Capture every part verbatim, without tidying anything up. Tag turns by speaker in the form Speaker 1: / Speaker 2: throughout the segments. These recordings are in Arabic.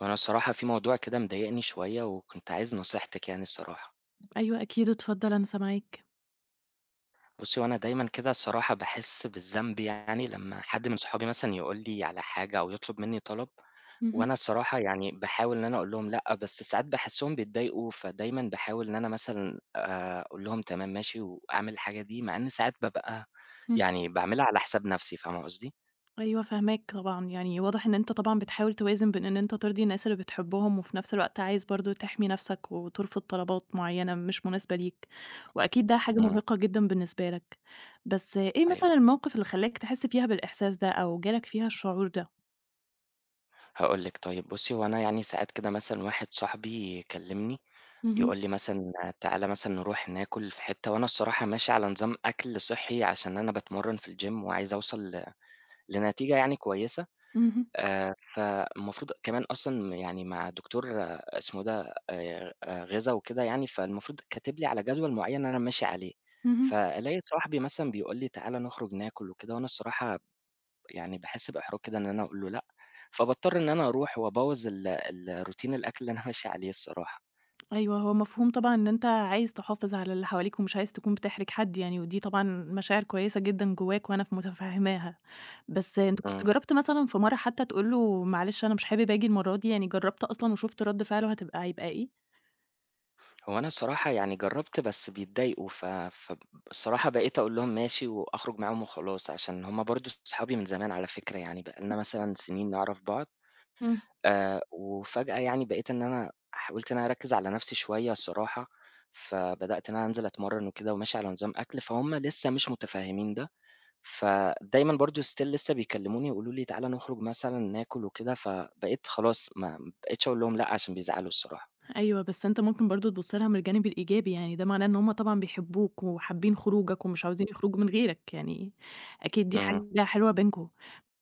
Speaker 1: وانا الصراحة في موضوع كده مضايقني شوية، وكنت عايز نصيحتك يعني الصراحة.
Speaker 2: أيوه أكيد، اتفضل أنا سامعاك.
Speaker 1: بصي، وانا دايما كده الصراحة بحس بالذنب، يعني لما حد من صحابي مثلا يقول لي على حاجة او يطلب مني طلب،
Speaker 2: اهم،
Speaker 1: وانا الصراحة يعني بحاول ان انا اقول لهم لا، بس ساعات بحسهم بيتضايقوا، فدايما بحاول ان انا مثلا آه، اقول لهم تمام ماشي واعمل الحاجة دي، مع ان ساعات ببقى
Speaker 2: إمم،
Speaker 1: يعني بعملها على حساب نفسي، فاهمة قصدي؟
Speaker 2: أيوه فاهماك طبعًا، يعني واضح إن أنت طبعًا بتحاول توازن بين إن أنت ترضي الناس اللي بتحبهم، وفي نفس الوقت عايز برضه تحمي نفسك وترفض طلبات معيّنة مش مناسبة ليك، وأكيد ده حاجة
Speaker 1: امم،
Speaker 2: مرهقة جدًا بالنسبة لك. بس إيه
Speaker 1: ايوه.
Speaker 2: مثلًا الموقف اللي خلّاك تحس فيها بالإحساس ده أو جالك فيها الشعور ده؟
Speaker 1: هقول لك، طيب بصي، وانا يعني ساعات كده مثلا واحد صاحبي كلمني،
Speaker 2: اهم،
Speaker 1: يقول لي مثلًا تعالَ مثلًا نروح ناكل في حتّة، وأنا الصراحة ماشي على نظام أكل صحّي، عشان أنا باتمرّن في الgym، وعايز أوصل ل لنتيجة يعني كويسة،
Speaker 2: اهم،
Speaker 1: آآ فالمفروض كمان أصلًا يعني مع دكتور آه، اسمه ده آآ غذا وكده يعني، فالمفروض كاتب لي على جدول معيّن أنا ماشي عليه،
Speaker 2: اهم.
Speaker 1: فألاقي صاحبي مثلًا بيقول لي تعالَ نخرج ناكل وكده، وأنا الصراحة يعني باحس بإحراج كده إن أنا أقول له لأ، فباضطر إن أنا أروح وأبوّظ ال ال روتين الأكل اللي أنا ماشي عليه الصراحة.
Speaker 2: أيوه، هو مفهوم طبعًا إن أنت عايز تحافظ على اللي حواليك ومش عايز تكون بتحرج حد يعني، ودي طبعًا مشاعر كويسة جدًا جواك وأنا ف متفهماها. بس أنت كنت
Speaker 1: إمم.
Speaker 2: جرّبت مثلًا في مرة حتى تقول له معلش أنا مش حابب آجي المرة دي، يعني جرّبت أصلًا وشُفت رد فعله هتبقى هيبقى إيه؟
Speaker 1: هو أنا الصراحة يعني جرّبت، بس بيتضايقوا، ف فالصراحة بقيت أقول لهم ماشي وأخرج معاهم وخلاص، عشان هم برضه صحابي من زمان على فكرة، يعني بقى لنا مثلًا سنين نعرف بعض،
Speaker 2: إمم،
Speaker 1: آآ وفجأة يعني بقيت إن أنا حاولت إن أنا أركّز على نَفْسي شوية الصراحة، فبدأت إن أنا أنزل أتمرّن وكده وماشي على نظام أكل، فهُم لسّه مش مُتفهّمين ده، فدايمًا برضه still لسّه بيكلّموني، يقولوا لي تعالَ نخرج مثلًا ناكُل وكده، فبقيت خلاص ما ما بقيتش أقول لهم لأ عشان بيزعلوا الصراحة.
Speaker 2: أيوه، بس أنت ممكن برضه تبُص لها من الجانب الإيجابي، يعني ده معناه إن هُم طبعًا بيحبوك وحابين خروجك ومش عاوزين يخرجوا من غيرك، يعني أكيد دي
Speaker 1: إمم،
Speaker 2: حاجة حلوة بينكم.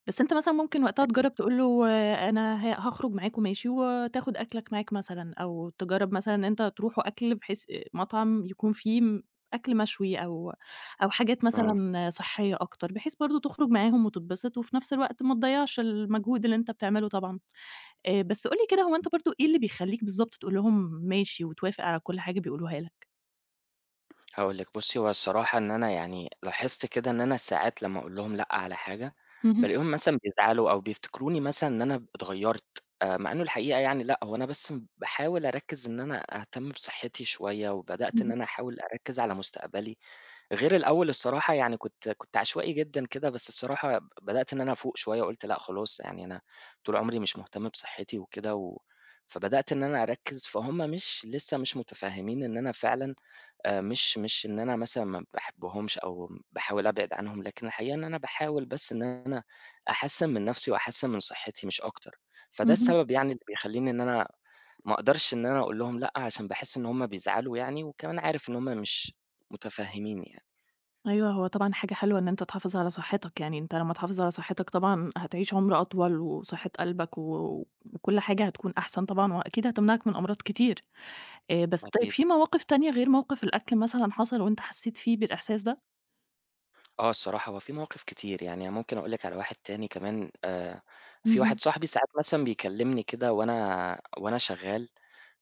Speaker 2: بس أنت مثلًا ممكن وقتها
Speaker 1: أكيد.
Speaker 2: تجرّب تقول له أنا ه هاخرج معاكم ماشي وتاخد أكلك معاك مثلًا، أو تجرّب مثلًا إن أنت تروحوا أكل بحيث مطعم يكون فيه م أكل مشوي أو أو حاجات
Speaker 1: إمم.
Speaker 2: مثلًا صحية أكتر، بحيث برضه تخرج معاهم وتتبسط، وفي نفس الوقت ما تضيّعش المجهود اللي أنت بتعمله طبعًا. آآ، بس قُل لي كده هو أنت برضه إيه اللي بيخلّيك بالضبط تقول لهم ماشي وتوافق على كل حاجة بيقولوها لك؟
Speaker 1: هاقول لِك بُصّي، هو الصراحة إن أنا يعني لاحظت كده إن أنا ساعات لمّا أقول لهم لأ على حاجة،
Speaker 2: اهم،
Speaker 1: بالاقيهم مثلًا بيزعلوا أو بيفتكروني مثلًا إن أنا اتغيّرت، آآ مع إنه الحقيقة يعني لأ، هو أنا بس باحاول أركّز إن أنا أهتم بصحّتي شوية، وبدأت إن
Speaker 2: اهم،
Speaker 1: أنا أحاول أركّز على مستقبلي، غير الأول الصراحة، يعني كنت كنت عشوائي جدًا كده، بس الصراحة ب بدأت إن أنا أفوق شوية، وقُلت لأ خلاص، يعني أنا طول عمري مش مهتم بصحّتي وكده و فبدأت إن أنا أركّز، فهُم مش لسه مش متفهمين إن أنا فعلًا آآ مش مش إن أنا مثلًا ما باحبهمش أو باحاول أبعد عنهم، لكن الحقيقة إن أنا باحاول بس إن أنا أحسّن من نَفْسي وأحسّن من صحّتي مش أكتر، فده
Speaker 2: اهم.
Speaker 1: السبب يعني اللي بيخلّيني إن أنا ما أقدرش إن أنا أقول لهم لأ، عشان باحس إن هُم بيزعلوا يعني، وكمان عارف إن هُم مش مُتفهّمينّي يعني.
Speaker 2: أيوه، هو طبعًا حاجة حلوة إن أنت تحافظ على صحتك، يعني أنت لمّا تحافظ على صحتك طبعًا هتعيش عمر أطول، وصحة قلبك و وكل حاجة هتكون أحسن طبعًا، وأكيد هتمنعك من أمراض كتير. آآ، بس طيب
Speaker 1: أكيد.
Speaker 2: في مواقف تانية غير موقف الأكل مثلًا حصل وأنت حسيت فيه بالإحساس ده؟
Speaker 1: آه، الصراحة هو في مواقف كتير، يعني ممكن أقول لِك على واحد تاني كمان آآ، في واحد
Speaker 2: اهم،
Speaker 1: صاحبي ساعات مثلًا بيكلمني كده وأنا وأنا شغال،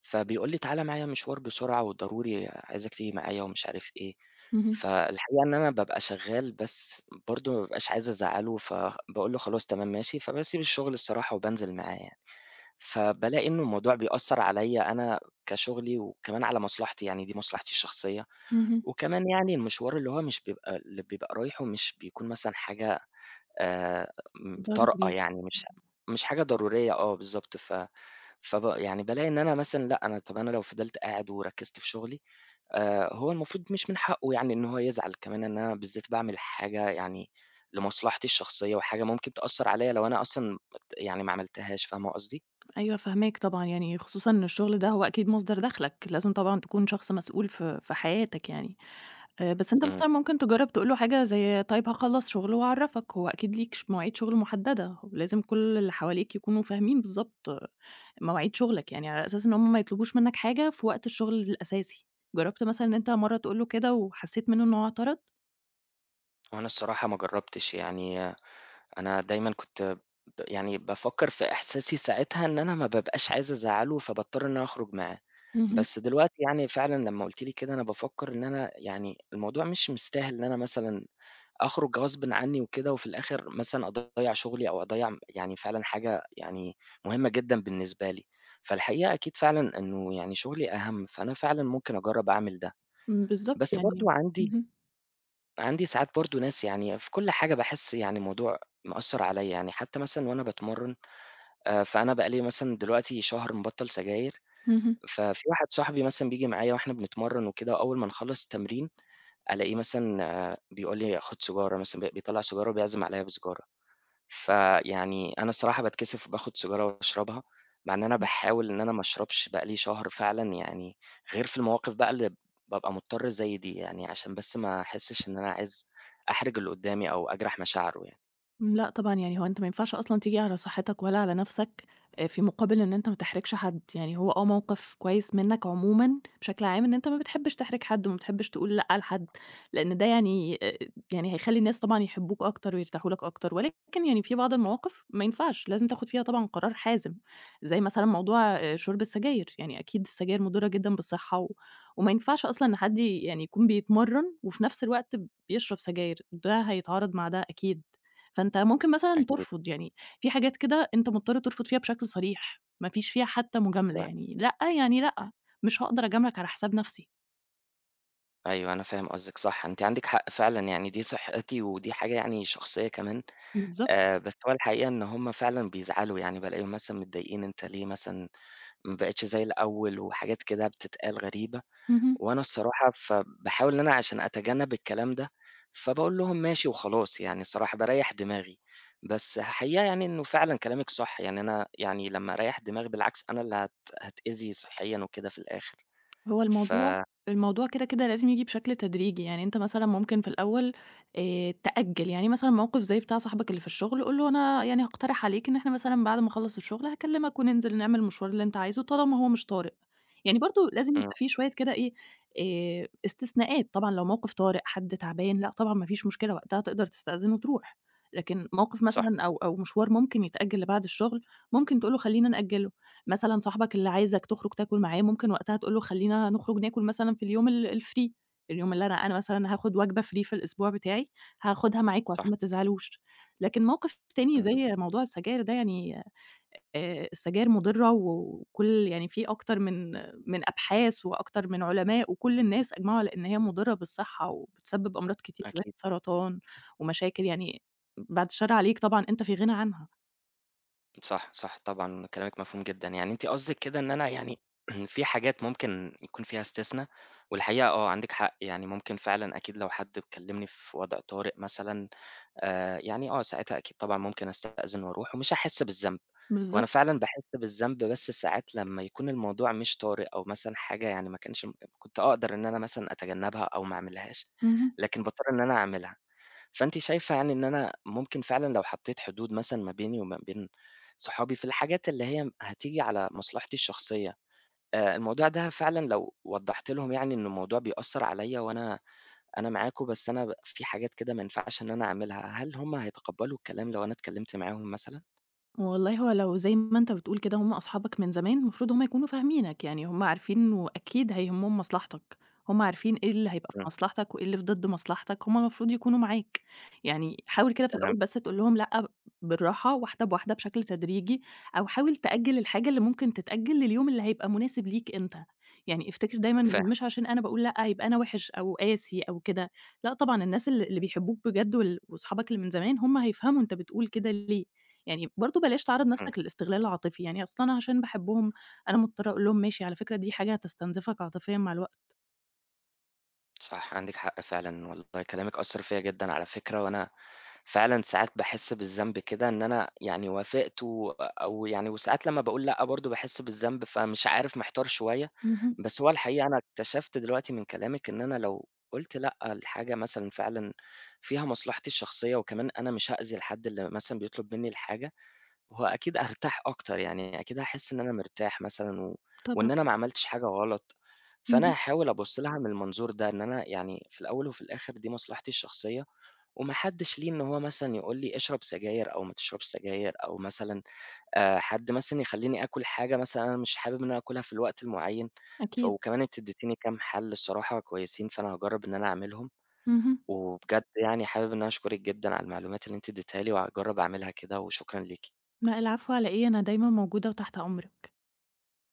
Speaker 1: فبيقول لي تعالَ معايا مشوار بسرعة وضروري عايزك تيجي معايا ومش عارف إيه،
Speaker 2: اهم،
Speaker 1: فالحقيقة إن أنا بابقى شغال، بس برضه ما بابقاش عايز أزعّله، فباقول له خلاص تمام ماشي، فباسيب الشغل الصراحة وبانزل معاه يعني، فبالاقي إنه الموضوع بيأثّر عليَّ أنا كشغلي وكمان على مصلحتي، يعني دي مصلحتي الشخصية.
Speaker 2: اهم.
Speaker 1: وكمان يعني المشوار اللي هو مش بيبقى اللي بيبقى رايحه مش بيكون مثلًا حاجة آآ م طارئة،
Speaker 2: ضروري.
Speaker 1: يعني مش مش حاجة ضرورية، آه بالضبط، ف فب يعني بالاقي إن أنا مثلًا لأ، أنا طَب أنا لو فضلت قاعد وركّزت في شغلي آآ هو المفروض مش من حقّه يعني إن هو يزعل، كمان إن أنا بالذات باعمل حاجة يعني لمصلحتي الشخصية وحاجة ممكن تأثّر عليّا لو أنا أصلًا يعني ما عملتهاش، فاهمة قصدي؟
Speaker 2: أيوه فاهماك طبعًا، يعني خصوصًا إن الشغل ده هو أكيد مصدر دخلك، لازم طبعًا تكون شخص مسؤول في في حياتك يعني. آآ، بس أنت
Speaker 1: إمم.
Speaker 2: مثلًا ممكن تجرّب تقول له حاجة زي طيب هاخلّص شغل وأعرّفك، هو أكيد ليك ش مواعيد شغل محددة، ولازم كل اللي حواليك يكونوا فاهمين بالضبط مواعيد شغلك، يعني على أساس إن هُم ما يطلبوش منك حاجة في وقت الشغل الأساسي. جرّبت مثلًا إن أنت مرّة تقول له كده وحسيت منّه إن هو اعترض؟
Speaker 1: وأنا الصراحة ما جرّبتش يعني، أنا دايمًا كنت ب يعني بافكّر في إحساسي ساعتها إن أنا ما بابقاش عايز أزعّله، فباضطر إن أنا أخرج معاه.
Speaker 2: اهم،
Speaker 1: بس دلوقتي يعني فعلًا لمّا قُلتِ لي كده أنا بافكّر إن أنا يعني الموضوع مش مستاهل إن أنا مثلًا أخرج غصبٍ عنّي وكده وفي الآخر مثلًا أضيّع شغلي أو أضيّع م يعني فعلًا حاجة يعني مهمة جدًا بالنسبة لي. فالحقيقة أكيد فعلًا إنه يعني شغلي أهَم، فأنا فعلًا ممكن أجرّب أعمل ده.
Speaker 2: بالضبط
Speaker 1: بس
Speaker 2: يعني
Speaker 1: برضه عندي
Speaker 2: اهم،
Speaker 1: عندي ساعات برضه ناس يعني في كل حاجة باحس يعني الموضوع مأثّر عليّا، يعني حتى مثلًا وأنا باتمرّن آآ، فأنا بقى لي مثلًا دلوقتي شهر مبطّل سجاير،
Speaker 2: اهم.
Speaker 1: ففي واحد صاحبي مثلًا بييجي معايا وإحنا بنتمرّن وكده، أول ما نخلّص التمرين ألاقيه مثلًا آه، بيقول لي خُد سيجارة مثلًا، ب بيطلّع سيجارة وبيعزم عليّا بسيجارة. فيعني أنا الصراحة باتكسف وباخد سيجارة وأشربها، مع إن أنا باحاول إن أنا ما اشربش، بقى لي شهر فعلًا يعني، غير في المواقف بقى اللي بابقى مضطر زي دي يعني، عشان بس ما أحسش إن أنا عايز أحرج اللي قدامي أو أجرح مشاعره يعني.
Speaker 2: إمم، لأ طبعًا، يعني هو أنت ما ينفعش أصلًا تيجي على صحتك ولا على نفسك، آآ، في مقابل إن أنت ما تحرجش حد، يعني هو آه موقف كويس منك عمومًا بشكل عام إن أنت ما بتحبش تحرج حد وما بتحبش تقول لأ لحد، لأن ده يعني، آآ، يعني هيخلّي الناس طبعًا يحبوك أكتر ويرتاحوا لك أكتر، ولكن يعني في بعض المواقف ما ينفعش، لازم تاخد فيها طبعًا قرار حازم، زي مثلًا موضوع آآ، شرب السجاير، يعني أكيد السجاير مضرة جدًا بالصحة و وما ينفعش أصلًا إن حد يعني يكون بيتمرن وفي نفس الوقت بيشرب سجاير، ده هيتعارض مع ده أكيد. فأنت ممكن مثلًا
Speaker 1: أكيد.
Speaker 2: ترفض، يعني في حاجات كده أنت مضطر ترفض فيها بشكل صريح، ما فيش فيها حتى مجاملة،
Speaker 1: صح،
Speaker 2: يعني لأ، يعني لأ، مش هاقدر أجاملك على حساب نفسي.
Speaker 1: أيوه أنا فاهم قصدِك، صح، أنتِ عندِك حق فعلًا، يعني دي صحتي ودي حاجة يعني شخصية كمان،
Speaker 2: بالضبط،
Speaker 1: آآ، بس هو الحقيقة إن هم فعلًا بيزعلوا، يعني بالاقيهم مثلًا متضايقين، أنت ليه مثلًا ما بقيتش زي الأول وحاجات كده بتتقال غريبة.
Speaker 2: اهم.
Speaker 1: وأنا الصراحة فباحاول إن أنا عشان أتجنب الكلام ده، فباقول لهم ماشي وخلاص، يعني الصراحة باريّح دماغي، بس حقيقة يعني إنه فعلًا كلامِك صح، يعني أنا يعني لمّا أريّح دماغي بالعكس أنا اللي هات هاتأذي صحيًا وكده في الآخر،
Speaker 2: هو
Speaker 1: ف
Speaker 2: الموضوع الموضوع كده، كده لازم ييجي بشكل تدريجي، يعني أنت مثلًا ممكن في الأول آآ تأجّل، يعني مثلًا موقف زي بتاع صاحبك اللي في الشغل، قُل له أنا يعني هاقترح عليك إن إحنا مثلًا بعد ما أخلّص الشغل هاكلمك وننزل نعمل المشوار اللي أنت عايزه طالما هو مش طارئ، يعني برضه لازم
Speaker 1: إمم،
Speaker 2: يبقى في شوية كده إيه، آآ استثناءات، طبعًا لو موقف طارئ، حد تعبان، لأ طبعًا ما فيش مشكلة وقتها تقدر تستأذن وتروح، لكن موقف
Speaker 1: صح،
Speaker 2: مثلًا أو أو مشوار ممكن يتأجّل لبعد الشغل، ممكن تقول له خلّينا نأجّله. مثلًا صاحبك اللي عايزك تخرج تاكل معاه، ممكن وقتها تقول له خلّينا نخرج ناكل مثلًا في اليوم ال الfree، اليوم اللي أنا أنا مثلًا هاخد وجبة free في الأسبوع بتاعي، هاخدها معاكم عشان
Speaker 1: صح،
Speaker 2: ما تزعلوش. لكن موقف تاني
Speaker 1: إمم،
Speaker 2: زي موضوع السجاير ده يعني، آآ السجاير مُضرة وكل يعني في أكتر من من أبحاث وأكتر من علماء وكل الناس أجمعوا على إن هي مُضرة بالصحة وبتسبب أمراض كتير زي
Speaker 1: أكيد،
Speaker 2: السرطان ومشاكل يعني بعد الشر عليك طبعًا أنت في غنى عنها.
Speaker 1: صح، صح، طبعًا كلامِك مفهوم جدًا، يعني أنتِ قصدِك كده إن أنا يعني في حاجات ممكن يكون فيها استثنا، والحقيقة آه، عندِك حق، يعني ممكن فعلًا أكيد لو حد كلمني في وضع طارئ مثلًا آآ، يعني آه، ساعتها أكيد طبعًا ممكن أستأذن وأروح ومش هاحس بالذنب، هو أنا
Speaker 2: بالضبط.
Speaker 1: فعلًا باحس بالذنب بس ساعات لمّا يكون الموضوع مش طارئ أو مثلًا حاجة يعني ما كانش م كنت أقدر إن أنا مثلًا أتجنبها أو ما أعملهاش،
Speaker 2: اهم.
Speaker 1: لكن باضطر إن أنا أعملها، فأنتِ شايفة يعني إن أنا ممكن فعلًا لو حطيت حدود مثلًا ما بيني وما بين صحابي في الحاجات اللي هي هتيجي على مصلحتي الشخصية، آآ، الموضوع ده فعلًا لو وضّحت لهم، يعني إن الموضوع بيأثّر عليَّ وأنا أنا معاكم، بس أنا ب في حاجات كده ما ينفعش إن أنا أعملها، هل هُم هيتقبّلوا الكلام لو أنا اتكلّمت معاهم مثلًا؟
Speaker 2: والله هو لو زي ما أنت بتقول كده هم أصحابك من زمان، المفروض هم يكونوا فاهمينك، يعني هم عارفين وأكيد هيهمهم مصلحتك، هم عارفين إيه اللي هيبقى في
Speaker 1: إمم،
Speaker 2: مصلحتك وإيه اللي في ضد مصلحتك، هم المفروض يكونوا معاك، يعني حاول كده في
Speaker 1: تمام،
Speaker 2: الأول بس تقول لهم لأ بالراحة، واحدة بواحدة بشكل تدريجي، أو حاول تأجل الحاجة اللي ممكن تتأجل لليوم اللي هيبقى مناسب ليك أنت، يعني افتكر دايمًا
Speaker 1: فاهم،
Speaker 2: مش عشان أنا باقول لأ يبقى أنا وِحِش أو قاسي أو كده، لأ طبعًا الناس ال اللي بيحبوك بجد وال وأصحابك اللي من زمان هم هيفهموا أنت بتقول كده ليه. يعني برضه بلاش تعرّض
Speaker 1: إمم،
Speaker 2: نَفْسك للاستغلال العاطفي، يعني أصل أنا عشان باحبهم أنا مضطرة أقول لهم ماشي، على فكرة دي حاجة هتستنزفك عاطفيًا مع الوقت.
Speaker 1: صح، عندِك حق فعلًا، والله كلامِك أثّر فيّا جدًا على فكرة، وأنا فعلًا ساعات باحس بالذنب كده إن أنا يعني وافقت و أو يعني، وساعات لمّا باقول لأ برضه باحس بالذنب، فمش عارف، محتار شوية،
Speaker 2: اهم،
Speaker 1: بس هو الحقيقة أنا اكتشفت دلوقتي من كلامِك إن أنا لو قُلت لأ لحاجة مثلًا فعلًا فيها مصلحتي الشخصية، وكمان أنا مش هأذي الحد اللي مثلًا بيطلب منّي الحاجة، هو أكيد أرتاح أكتر، يعني أكيد هاحس إن أنا مرتاح مثلًا و
Speaker 2: طبعًا،
Speaker 1: وإن أنا ما عملتش حاجة غلط، فأنا
Speaker 2: اهم،
Speaker 1: هاحاول أبُص لها من المنظور ده، إن أنا يعني في الأول وفي الآخر دي مصلحتي الشخصية، وما حدش ليه إن هو مثلًا يقول لي اشرب سجاير أو ما تشربش سجاير، أو مثلًا آآ حد مثلًا يخلّيني آكل حاجة مثلًا أنا مش حابب إن أنا آكلها في الوقت المعين، ف
Speaker 2: أكيد،
Speaker 1: وكمان أنتِ اديتيني كام حَل الصراحة كويسين، فأنا هاجرّب إن أنا أعملهم،
Speaker 2: اهم.
Speaker 1: وبجد يعني حابب إن أنا أشكرِك جدًا على المعلومات اللي أنتِ اديتيها لي، وهاجرّب أعملها كده، وشكرًا ليكِ.
Speaker 2: لأ العفو على إيه، أنا دايمًا موجودة وتحت أمرك.